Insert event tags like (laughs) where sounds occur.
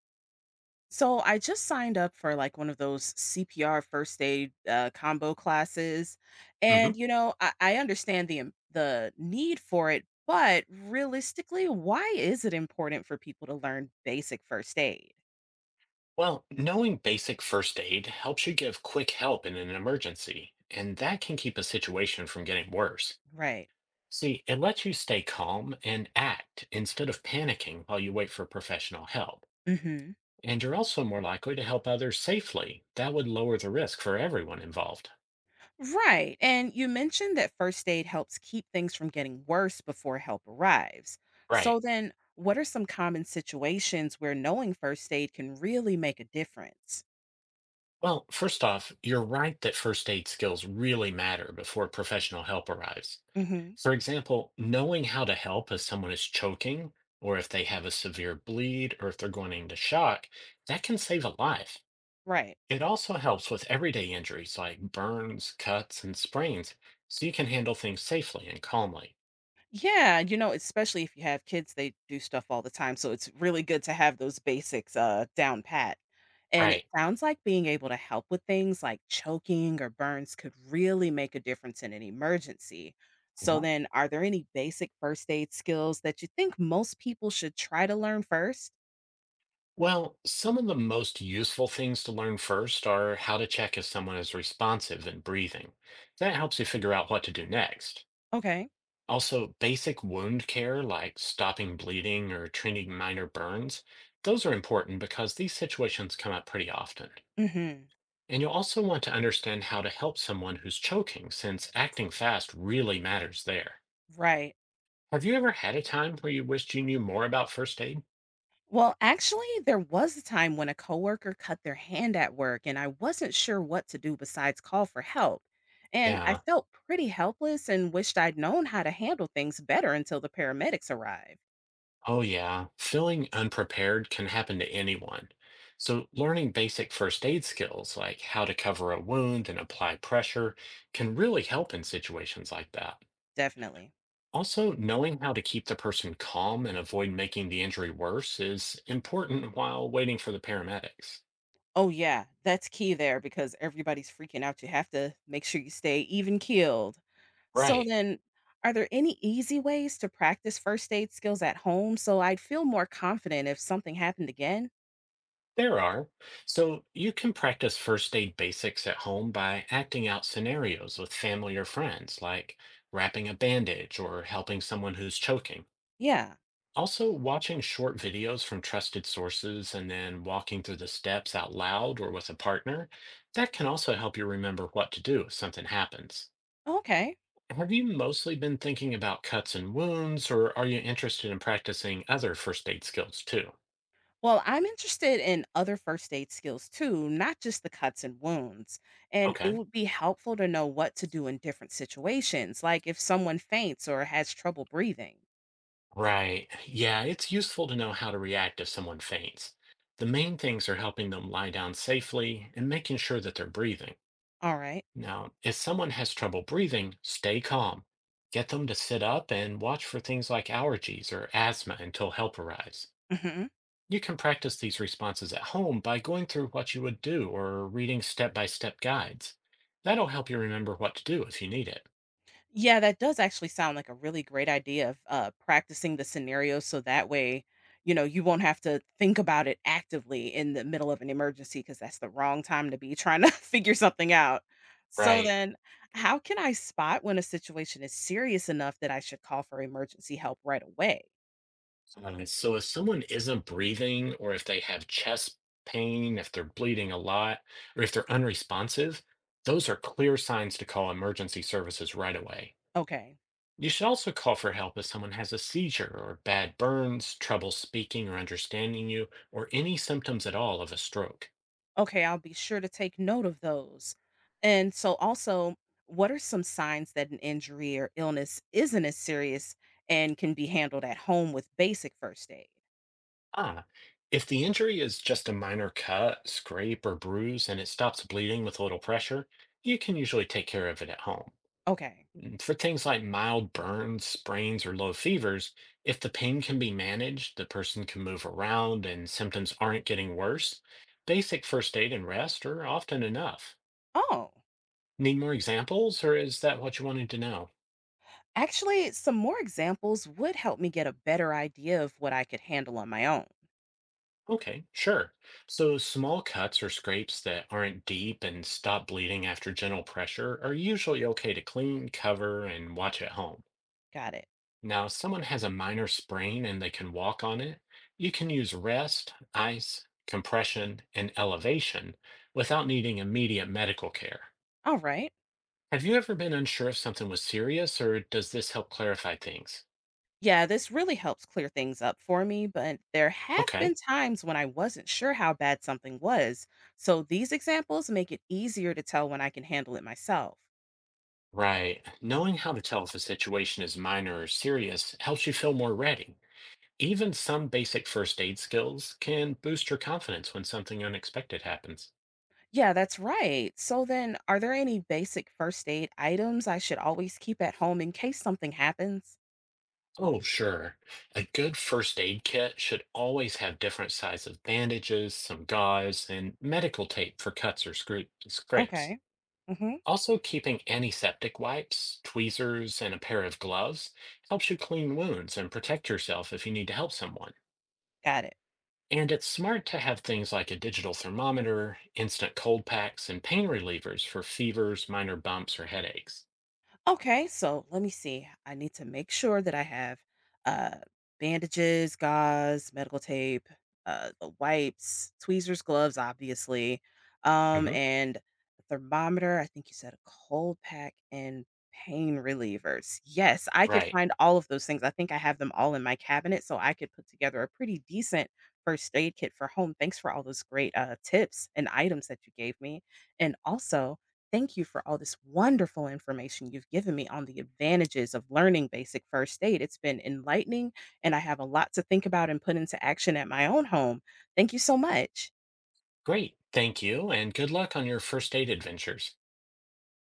So I just signed up for like one of those CPR first aid combo classes, Hmm. and I understand the the need for it, but realistically, why is it important for people to learn basic first aid? Well, knowing basic first aid helps you give quick help in an emergency, and that can keep a situation from getting worse. Right. See, it lets you stay calm and act instead of panicking while you wait for professional help. Hmm. And you're also more likely to help others safely. That would lower the risk for everyone involved. Right. And you mentioned that first aid helps keep things from getting worse before help arrives. So Right. then, what are some common situations where knowing first aid can really make a difference? Well, first off, you're right that first aid skills really matter before professional help arrives. Hmm. For example, knowing how to help if someone is choking, or if they have a severe bleed, or if they're going into shock, that can save a life. Right. It also helps with everyday injuries like burns, cuts, and sprains, so you can handle things safely and calmly. Yeah, you know, especially if you have kids, they do stuff all the time, so it's really good to have those basics down pat. And it Right. sounds like being able to help with things like choking or burns could really make a difference in an emergency. So Mhm. then, are there any basic first aid skills that you think most people should try to learn first? Well, some of the most useful things to learn first are how to check if someone is responsive and breathing. That helps you figure out what to do next. Okay. Also, basic wound care like stopping bleeding or treating minor burns, those are important because these situations come up pretty often. Mhm. And you'll also want to understand how to help someone who's choking, since acting fast really matters there. Right. Have you ever had a time where you wished you knew more about first aid? Well, actually, there was a time when a coworker cut their hand at work and I wasn't sure what to do besides call for help. And I Yeah, felt pretty helpless and wished I'd known how to handle things better until the paramedics arrived. oh yeah, feeling unprepared can happen to anyone. So, learning basic first aid skills like how to cover a wound and apply pressure can really help in situations like that. Definitely. Also, knowing how to keep the person calm and avoid making the injury worse is important while waiting for the paramedics. Oh, yeah, that's key there because everybody's freaking out. You have to make sure you stay even keeled. So, Right, then, are there any easy ways to practice first aid skills at home so I'd feel more confident if something happened again? there are. So you can practice first aid basics at home by acting out scenarios with family or friends, like wrapping a bandage or helping someone who's choking. Yeah. Also, watching short videos from trusted sources and then walking through the steps out loud or with a partner, that can also help you remember what to do if something happens. Okay. Have you mostly been thinking about cuts and wounds, or are you interested in practicing other first aid skills too? Well, I'm interested in other first aid skills too, not just the cuts and wounds. And it Okay. would be helpful to know what to do in different situations, like if someone faints or has trouble breathing. Right. Yeah, it's useful to know how to react if someone faints. The main things are helping them lie down safely and making sure that they're breathing. All right. Now, if someone has trouble breathing, stay calm. Get them to sit up and watch for things like allergies or asthma until help arrives. Mhm. You can practice these responses at home by going through what you would do or reading step by step guides. That'll help you remember what to do if you need it. Yeah, that does actually sound like a really great idea of practicing the scenario so that way, you won't have to think about it actively in the middle of an emergency because that's the wrong time to be trying to (laughs) figure something out. So Right. then, how can I spot when a situation is serious enough that I should call for emergency help right away? So, if someone isn't breathing, or if they have chest pain, if they're bleeding a lot, or if they're unresponsive, those are clear signs to call emergency services right away. Okay. You should also call for help if someone has a seizure or bad burns, trouble speaking or understanding you, or any symptoms at all of a stroke. Okay, I'll be sure to take note of those. And so also, what are some signs that an injury or illness isn't as serious and can be handled at home with basic first aid? Ah, if the injury is just a minor cut, scrape, or bruise and it stops bleeding with a little pressure, you can usually take care of it at home. Okay. And for things like mild burns, sprains, or low fevers, if the pain can be managed, the person can move around, and symptoms aren't getting worse, basic first aid and rest are often enough. Oh. Need more examples, or is that what you wanted to know? Actually, some more examples would help me get a better idea of what I could handle on my own. Okay, sure. So small cuts or scrapes that aren't deep and stop bleeding after gentle pressure are usually okay to clean, cover, and watch at home. Got it. Now, if someone has a minor sprain and they can walk on it, you can use rest, ice, compression, and elevation without needing immediate medical care. All right. Have you ever been unsure if something was serious, or does this help clarify things? Yeah, this really helps clear things up for me, but there have Okay. been times when I wasn't sure how bad something was. So these examples make it easier to tell when I can handle it myself. Right. Knowing how to tell if a situation is minor or serious helps you feel more ready. Even some basic first aid skills can boost your confidence when something unexpected happens. Yeah, that's right. So then, are there any basic first aid items I should always keep at home in case something happens? Oh, sure. A good first aid kit should always have different sizes of bandages, some gauze, and medical tape for cuts or scrapes. Okay. Mhm. Also, keeping antiseptic wipes, tweezers, and a pair of gloves helps you clean wounds and protect yourself if you need to help someone. Got it. And it's smart to have things like a digital thermometer, instant cold packs, and pain relievers for fevers, minor bumps, or headaches. Okay, so let me see. I need to make sure that I have uh, bandages, gauze, medical tape, the wipes, tweezers, gloves, obviously, Hmm. and a thermometer. I think you said a cold pack and pain relievers. Yes, I could Right. find all of those things. I think I have them all in my cabinet, so I could put together a pretty decent first aid kit for home. Thanks for all those great tips and items that you gave me. And also, thank you for all this wonderful information you've given me on the advantages of learning basic first aid. It's been enlightening, and I have a lot to think about and put into action at my own home. Thank you so much. Great. Thank you. And good luck on your first date adventures.